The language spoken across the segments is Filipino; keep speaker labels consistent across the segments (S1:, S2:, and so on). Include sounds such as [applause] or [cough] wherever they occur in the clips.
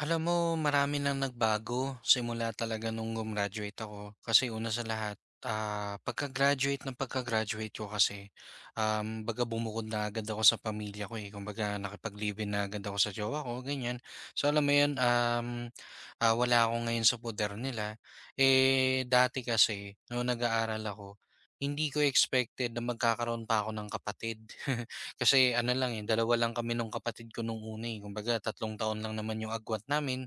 S1: Alam mo, marami nang nagbago simula talaga nung gumraduate ako. Kasi una sa lahat, pagka-graduate ko kasi, baga bumukod na agad ako sa pamilya ko eh. Kumbaga nakipag-live-in na agad ako sa jowa ko, ganyan. So alam mo yun, wala ako ngayon sa poder nila. Eh, dati kasi, noong nag-aaral ako, hindi ko expected na magkakaroon pa ako ng kapatid. [laughs] Kasi ano lang, eh, dalawa lang kami nung kapatid ko nung una, eh, kumbaga 3 taon lang naman yung agwat namin.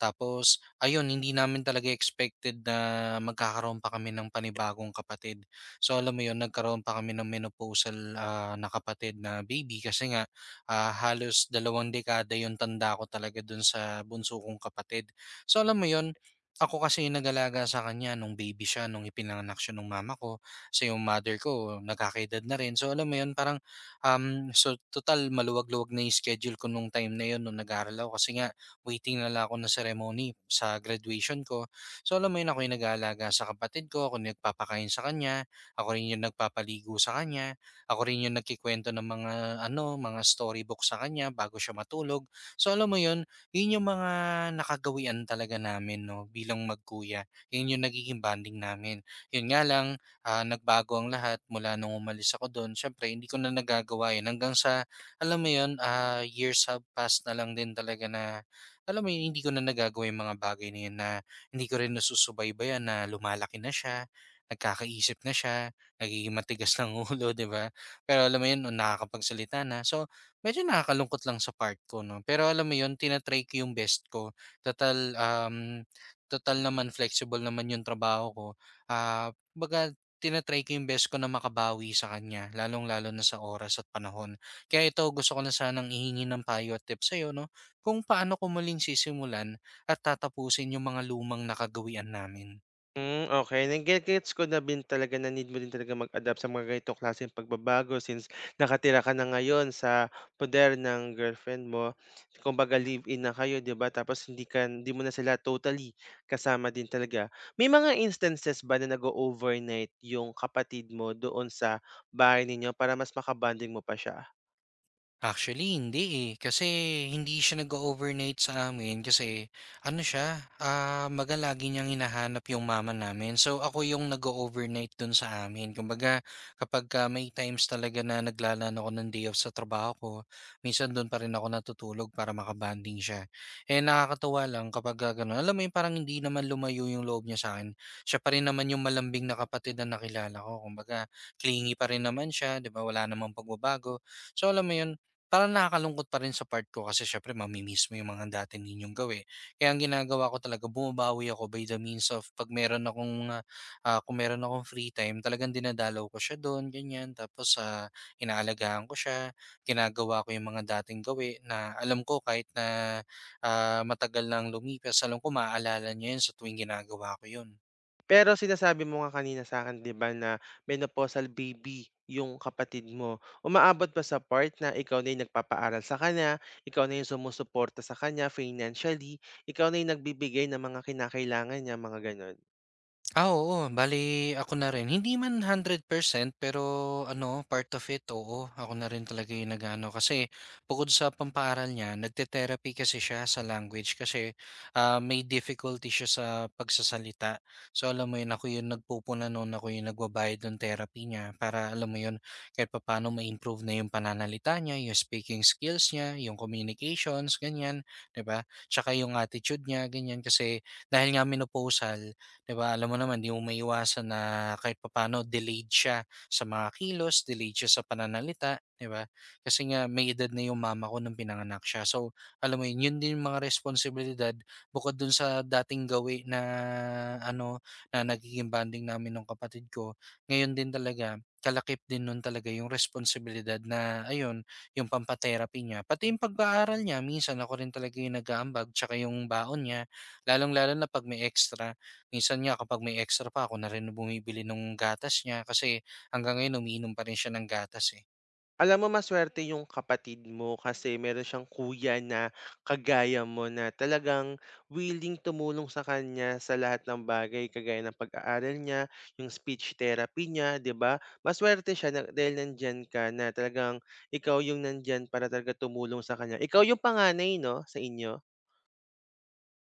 S1: Tapos ayun, hindi namin talaga expected na magkakaroon pa kami ng panibagong kapatid. So alam mo yun, nagkaroon pa kami ng menopausal, na kapatid na baby kasi nga, halos 2 dekada yung tanda ko talaga dun sa bunso kong kapatid. So alam mo yun, ako kasi yung nag-alaga sa kanya nung baby siya, nung ipinanganak siya nung mama ko. So yung mother ko nagkakaedad na rin. So alam mo yun, parang, so total maluwag-luwag na 'yung schedule ko nung time na 'yun nung nag-aaral ako kasi nga waiting na lang ako ng ceremony sa graduation ko. So alam mo 'yun, ako 'yung nag-aalaga sa kapatid ko, ako yung nagpapakain sa kanya, ako rin 'yung nagpapaligo sa kanya, ako rin 'yung nagkukuwento ng mga ano, mga storybook sa kanya bago siya matulog. So alam mo 'yun, 'yun 'yung mga nakagawian talaga namin 'no bilang magkuya. 'Yun 'yung nagiging bonding namin. 'Yun nga lang, nagbago ang lahat mula nung umalis ako do'n. Siyempre hindi ko na nagagawa 'yun hanggang sa alam mo 'yun, years have passed na lang din talaga na alam mo 'yun, hindi ko na nagagawa yung mga bagay na 'yun na hindi ko rin nasusubaybayan na lumalaki na siya, nagkakaisip na siya, nagiging matigas ng [laughs] ulo, 'di ba? Pero alam mo 'yun, nung nakakapagsalita na. So, medyo nakakalungkot lang sa part ko 'no, pero alam mo 'yun, tina-try ko yung best ko. Total, um, total naman flexible naman yung trabaho ko. Kumbaga tina-try ko yung best ko na makabawi sa kanya lalong-lalo na sa oras at panahon. Kaya ito gusto ko na sanang ihingi ng payo at tips sa'yo 'no, kung paano ko muling sisimulan at tatapusin yung mga lumang nakagawian namin.
S2: Hmm, Okay. Nage gets ko na din talaga na need mo din talaga mag-adapt sa mga ganitong klaseng pagbabago since nakatira ka na ngayon sa poder ng girlfriend mo. Kumbaga live-in na kayo, 'di ba? Tapos hindi mo na sila totally kasama din talaga. May mga instances ba na nag overnight yung kapatid mo doon sa bahay ninyo para mas makabanding mo pa siya?
S1: Actually, hindi, eh. Kasi hindi siya nag overnight sa amin kasi ano siya, kumbaga lagi niyang hinahanap yung mama namin. So, ako yung nag-o-overnight dun sa amin. Kumbaga, kapagka may times talaga na naglalaan ako ng day off sa trabaho ko, minsan dun pa rin ako natutulog para makabanding siya. Eh, nakakatuwa lang kapag ganun. Alam mo yun, parang hindi naman lumayo yung loob niya sa akin. Siya pa rin naman yung malambing na kapatid na nakilala ko. Kumbaga, clingy pa rin naman siya, 'di ba? Wala namang pagbabago. So alam mo yun, parang nakakalungkot pa rin sa part ko kasi syempre mami-miss mo yung mga dati ninyong gawi. Kaya ang ginagawa ko talaga bumabawi ako by the means of 'pag meron akong, ah, ah, kung meron akong free time talagang dinadalaw ko siya do'n ganyan. Tapos, inaalagaan ko siya, ginagawa ko yung mga dating gawi na alam ko kahit na, matagal nang lumipas alam ko maaalala niya 'yun sa tuwing ginagawa ko 'yun.
S2: Pero sinasabi mo nga kanina sa akin 'di ba na menopausal baby yung kapatid mo. Umaabot ba sa part na ikaw na yung nagpapaaral sa kanya, ikaw na yung sumusuporta sa kanya financially, ikaw na yung nagbibigay ng mga kinakailangan niya, mga gano'n?
S1: Oo. Bale, ako na rin. Hindi man 100% pero ano, part of it, oo. Ako na rin talaga yung nag-ano. Kasi bukod sa pampaaral niya, nagte-therapy kasi siya sa language kasi may difficulty siya sa pagsasalita. So alam mo yun, ako yung nagpupuna noon, ako yung nagbabayad ng therapy niya para alam mo yun, kahit papaano ma-improve na yung pananalita niya, yung speaking skills niya, yung communications, ganyan, 'di ba? Tsaka yung attitude niya, ganyan kasi dahil nga menopausal, 'di ba, alam mo naman, 'di mo maiiwasan na kahit papano delayed siya sa mga kilos, delayed siya sa pananalita, 'di ba? Kasi nga may edad na 'yung mama ko nung pinanganak siya. So, alam mo 'yun, 'yun din 'yung mga responsibilidad bukod dun sa dating gawi na ano, na nagiging bonding namin ng kapatid ko. Ngayon din talaga, kalakip din nun talaga 'yung responsibilidad na ayun, 'yung pampa niya. Pati 'yung pag-aaral niya minsan ako rin talaga 'yung nag-aambag, tsaka 'yung baon niya, lalong-lalo na 'pag may extra. Minsan nga kapag may extra pa ako na rin bumibili nung gatas niya kasi hanggang ngayon umiinom pa rin siya ng gatas, eh.
S2: Alam mo maswerte yung kapatid mo kasi meron siyang kuya na kagaya mo na talagang willing tumulong sa kanya sa lahat ng bagay kagaya ng pag-aaral niya, yung speech therapy niya, 'di ba? Maswerte siya na dahil nandiyan ka na talagang ikaw yung nandiyan para talaga tumulong sa kanya. Ikaw yung panganay 'no, sa inyo?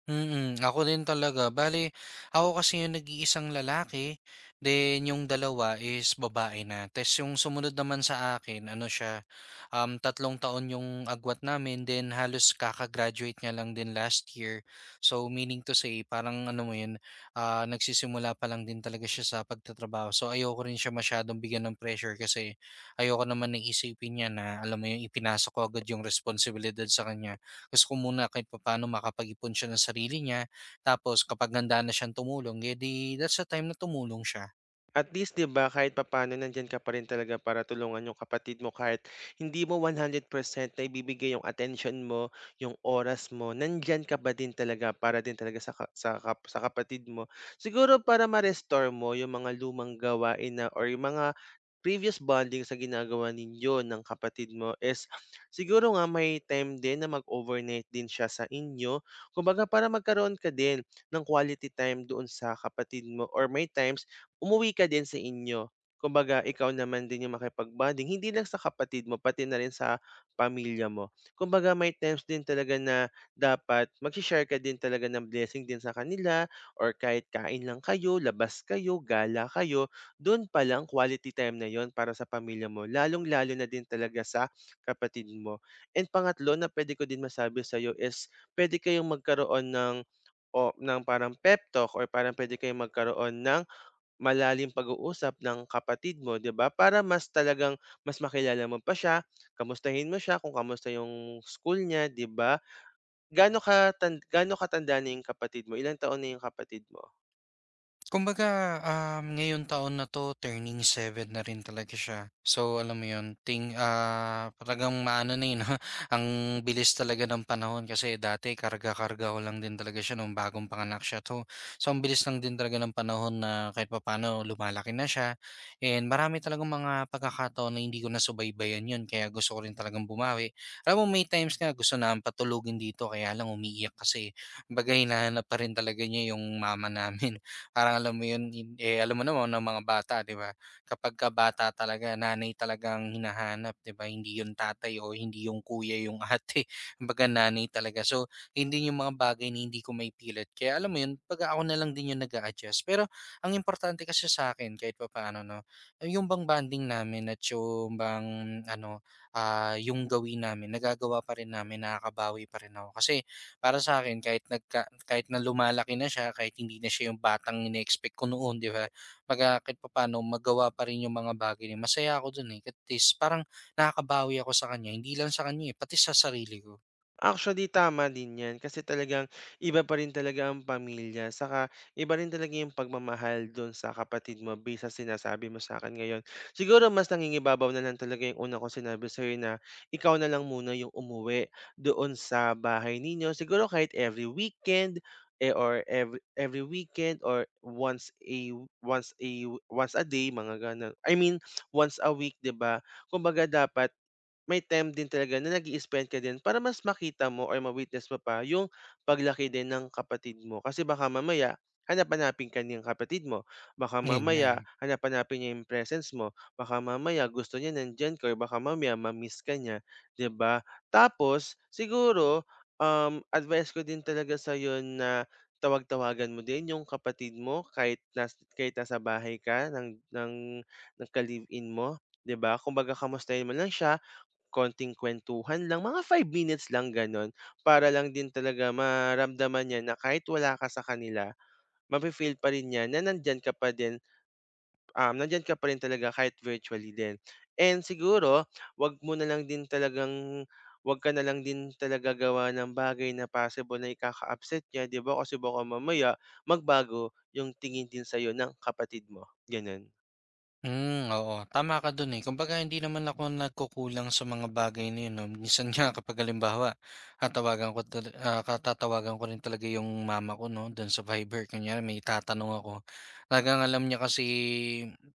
S1: Mm, ako din talaga. Bale, ako kasi yung nag-iisang lalaki, then yung dalawa is babae na. Tapos yung sumunod naman sa akin, ano siya, 3 taon yung agwat namin, then halos kakagraduate niya lang din last year. So meaning to say, parang ano mo yun, nagsisimula pa lang din talaga siya sa pagtatrabaho. So ayoko rin siya masyadong bigyan ng pressure kasi ayoko naman na isipin niya na, alam mo yung ipinasok ko agad yung responsibilidad sa kanya. Gusto ko muna kahit papaano makapag-ipon siya ng sarili niya. Tapos kapag handa na siyang tumulong, eh, that's the time na tumulong siya.
S2: At least 'di ba, kahit papaano nandiyan ka pa rin talaga para tulungan yung kapatid mo kahit hindi mo 100% ibibigay yung attention mo, yung oras mo, nandiyan ka pa din talaga para din talaga sa kapatid mo. Siguro para ma-restore mo yung mga lumang gawain na or yung mga previous bonding sa ginagawa ninyo ng kapatid mo is siguro nga may time din na mag-overnight din siya sa inyo. Kumbaga para magkaroon ka din ng quality time doon sa kapatid mo or may times umuwi ka din sa inyo. Kumbaga ikaw naman din yung makipag-bonding, hindi lang sa kapatid mo pati na rin sa pamilya mo. Kumbaga may times din talaga na dapat magse-share ka din talaga ng blessing din sa kanila or kahit kain lang kayo, labas kayo, gala kayo, do'n pa lang quality time na 'yon para sa pamilya mo, lalong-lalo na din talaga sa kapatid mo. And pangatlo na puwede ko din masabi sa'yo is puwede kayong magkaroon ng o ng parang pep talk or parang puwede kayong magkaroon ng malalim pag-uusap ng kapatid mo, 'di ba? Para mas talagang mas makilala mo pa siya, kamustahin mo siya kung kamusta yung school niya, 'di ba? Gaano katanda na yung kapatid mo? Ilang taon na yung kapatid mo?
S1: Kumbaga, ngayon taon na 'to turning 7 na rin talaga siya. So, alam mo 'yun, talagang maano na, eh, 'no, [laughs] ang bilis talaga ng panahon kasi dati karga-karga ko lang din talaga siya nung bagong panganak siya 'to. So, ang bilis lang din talaga ng panahon na kahit papaano lumalaki na siya and marami talagang mga pagkakataon na hindi ko nasubaybayan 'yun kaya gusto ko rin talagang bumawi. Alam mo may times nga gusto na patulugin dito kaya lang umiiyak kasi bagay hinahanap pa rin talaga niya yung mama namin. Parang alam mo yun, eh, alam mo naman ng mga bata 'di ba, kapagka bata talaga nanay talagang ang hinahanap 'di ba, hindi yung tatay o hindi yung kuya yung ate, [laughs] kumbaga nanay talaga. So, hindi yung mga bagay na hindi ko may maipilit kaya alam mo yun, 'baga ako na lang din yung nag adjust. Pero ang importante kasi sa sa'kin kahit papaano 'no, yun bang bonding namin at yung bang ano, yung gawin namin nagagawa pa rin namin, nakakabawi pa rin ako. Kasi para sa akin kahit nagka kahit na lumalaki na siya, kahit hindi na siya yung batang ine-expect ko noon, 'di ba? 'Baga kahit papaano magawa pa rin yung mga bagay niya. Masaya ako dun, eh, at least parang nakakabawi ako sa kanya, hindi lang sa kanya, eh, pati sa sarili ko.
S2: Actually, tama din 'yan kasi talagang iba pa rin talaga ang pamilya saka iba rin talaga yung pagmamahal do'n sa kapatid mo based sa sinasabi mo sa akin ngayon. Siguro mas nangingibabaw na lang talaga yung una kong sinabi sa'yo na ikaw na lang muna yung umuwi doon sa bahay ninyo. Siguro kahit every weekend, eh, or every weekend or once a day, mga gano'n. I mean, once a week, 'di ba? Kumbaga dapat may time din talaga na nag-i-spend ka din para mas makita mo or ma-witness mo pa yung paglaki din ng kapatid mo. Kasi baka mamaya hanap-hanapin ka niyang kapatid mo. Baka
S1: Ayun nga,
S2: mamaya
S1: eh.
S2: hanap-hanapin niya yung presence mo. Baka mamaya gusto niya nandiyan ka or baka mamaya ma-miss ka niya, 'di ba? Tapos siguro advice ko din talaga sa na tawag-tawagan mo din yung kapatid mo kahit nasa bahay ka ng ka-live-in mo, 'di ba? Kumbaga kamustahin mo lang siya. Konting kuwentuhan lang, mga 5 minutes lang gano'n, para lang din talaga maramdaman niya na kahit wala ka sa kanila, mafe-feel pa rin niya na nandiyan ka pa din, nandiyan ka pa rin talaga kahit virtually din. And siguro, 'wag mo na lang din talagang 'wag ka na lang din talaga gawa ng bagay na possible na ikaka-upset niya, 'di ba? Kasi baka mamaya magbago yung tingin din sa'yo ng kapatid mo, gano'n.
S1: Hmm, oo. Tama ka dun, eh. Kumbaga hindi naman ako nagkukulang sa mga bagay na yun 'no. Minsan nga kapag halimbawa, tatawagan ko rin talaga yung mama ko 'no, dun sa Viber. Kunyari may itatanong ako, talagang alam niya kasi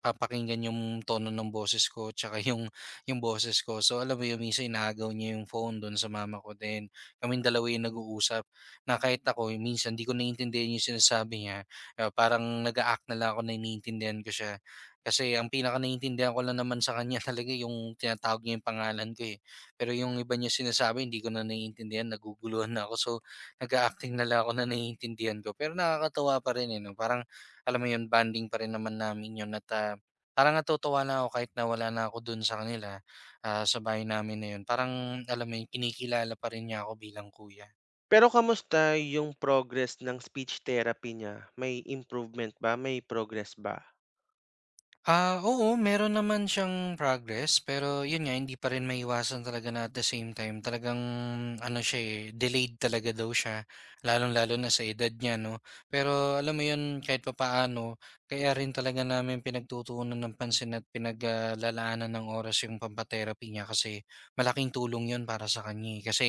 S1: papakinggan yung tono ng boses ko tsaka [laughs] yung boses ko. So alam mo yun, minsan inaagaw niya yung phone dun sa mama ko, then kaming dalawa yung nag-uusap na kahit ako minsan di ko naiintindihan yung sinasabi niya, parang nag-a-act na lang ako na iniintindihan ko siya. Kasi ang pinaka-naiintindihan ko lang naman sa kanya [laughs] talaga yung tinatawag niya yung pangalan ko, eh. Pero yung iba niya sinasabi hindi ko na naiintindihan, naguguluhan na ako. So, nag-a-acting na lang ako na naiintindihan ko. Pero nakakatuwa pa rin, eh, 'no? Parang alam mo yun, bonding pa rin naman namin yun at, parang natutuwa lang ako kahit na wala na ako dun sa kanila, sa bahay namin na yun. Parang alam mo yun, kinikilala pa rin niya ako bilang kuya.
S2: Pero kamusta yung progress ng speech therapy niya, may improvement ba, may progress ba?
S1: Oo, meron naman siyang progress pero yun nga hindi pa rin maiwasan talaga na at the same time talagang ano siya, eh, delayed talaga daw siya lalong-lalo na sa edad niya 'no. Pero alam mo yun kahit papaano kaya rin talaga namin pinagtutuunan ng pansin at pinaglalaanan ng oras yung pampa niya kasi malaking tulong yun para sa kanya, eh. Kasi,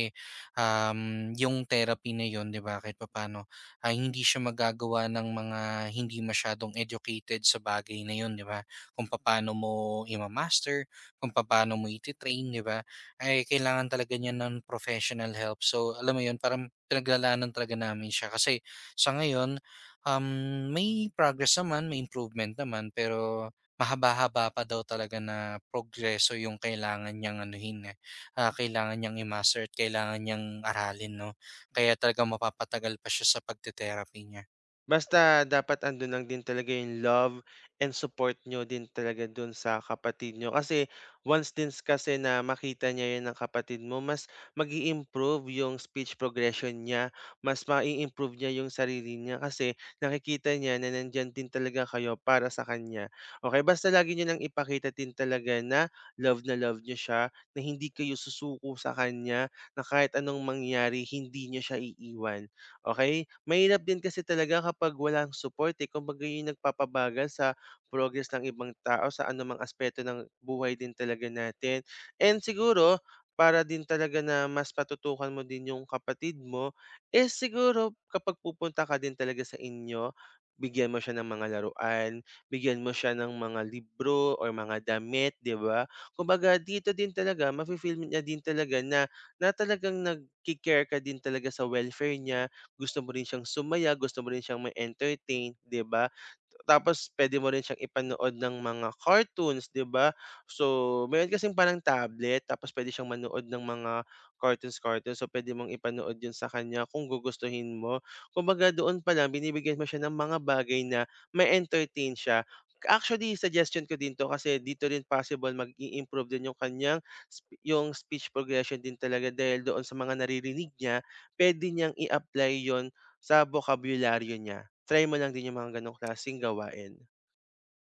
S1: yung therapy na yun 'di ba kahit papaano ay hindi siya magagawa ng mga hindi masyadong educated sa bagay na yun 'di ba? Kung paano mo ima-master, kung paano mo iti-train, 'di ba? Ay kailangan talaga niya ng professional help. So, alam mo 'yun, parang pinaglalaanan talaga namin siya kasi sa ngayon, may progress naman, may improvement naman, pero mahaba-haba pa daw talaga na progreso yung kailangan niyang anuhin, eh, kailangan niyang i-master at kailangan niyang aralin, 'no? Kaya talaga mapapatagal pa siya sa pagte-therapy niya.
S2: Basta dapat andun lang din talaga yung love and support nyo din talaga dun sa kapatid nyo. Kasi once din s- kasi na makita niya yun ng kapatid mo, mas mag improve yung speech progression niya, mas mai-improve niya yung sarili niya kasi nakikita niya na nandiyan din talaga kayo para sa kanya. Okay, basta lagi niyo lang ipakita din talaga na love niyo siya, na hindi kayo susuko sa kanya, na kahit anong mangyari, hindi niyo siya iiwan. Okey? Mahirap din kasi talaga kapag walang support, eh, kumbaga yun yung nagpapabagal sa progress ng ibang tao sa anumang aspeto ng buhay din talaga natin. And siguro para din talaga na mas matutukan mo din yung kapatid mo, is siguro kapag pupunta ka din talaga sa inyo, bigyan mo siya ng mga laruan, bigyan mo siya ng mga libro or mga damit, 'di ba? Kumbaga dito din talaga mafi-feel niya din talaga na na talagang nagke-care ka din talaga sa welfare niya, gusto mo rin siyang sumaya, gusto mo rin siyang ma-entertain, 'di ba? Tapos puwede mo rin siyang ipanood ng mga cartoons, 'di ba? So, meron kasing parang tablet tapos puwede siyang manood ng mga cartoons-cartoons. So, puwede mong ipanood 'yun sa kanya kung gugustuhin mo. Kumbaga doon pa lang binibigyan mo siya ng mga bagay na ma-entertain siya. Actually, suggestion ko din 'to kasi dito rin possible mag-i-improve din yung kanyang yung speech progression din talaga dahil doon sa mga naririnig niya, puwede niyang i-apply 'yon sa bokabularyo niya. Try mo lang din yung mga gano'ng klaseng gawain.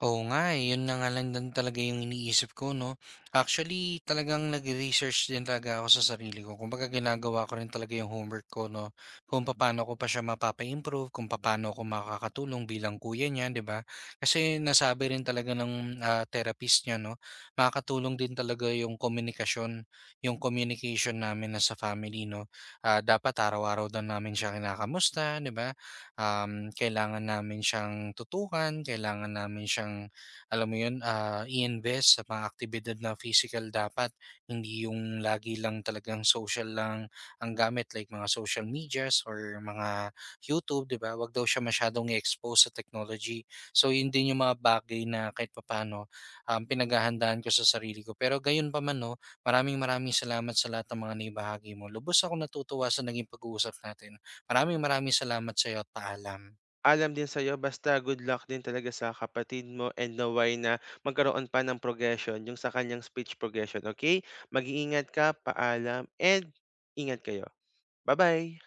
S1: Oo nga, eh, yun na nga lang din talaga yung iniisip ko 'no. Actually, talagang nag research din talaga ako sa sarili ko. Kumbaga ginagawa ko rin talaga yung homework ko 'no, kung paano ko pa siya mapapa-improve, kung paano ako makakatulong bilang kuya niya, 'di ba? Kasi nasabi rin talaga ng, therapist niya 'no, makakatulong din talaga yung komunikasyon, yung communication namin as a family 'no. Ah, dapat araw-araw daw namin siya kinakamusta, 'di ba? Kailangan namin siyang tutukan, kailangan namin siyang, alam mo yun, i-invest sa mga aktibidad na physical dapat. Hindi yung lagi lang talagang social lang ang gamit like mga social medias or mga YouTube, di ba? Wag daw siya masyadong i-expose sa technology. So, yun din yung mga bagay na kahit papano pinaghahandaan ko sa sarili ko. Pero gayon pa man, no, maraming maraming salamat sa lahat ng mga naibahagi mo. Lubos ako natutuwa sa naging pag-uusap natin. Maraming maraming salamat sa'yo. Paalam.
S2: Alam din sa'yo, basta good luck din talaga sa kapatid mo and naway na magkaroon pa ng progression yung sa kanyang speech progression, okay? Mag-iingat ka, paalam, and ingat kayo. Bye bye.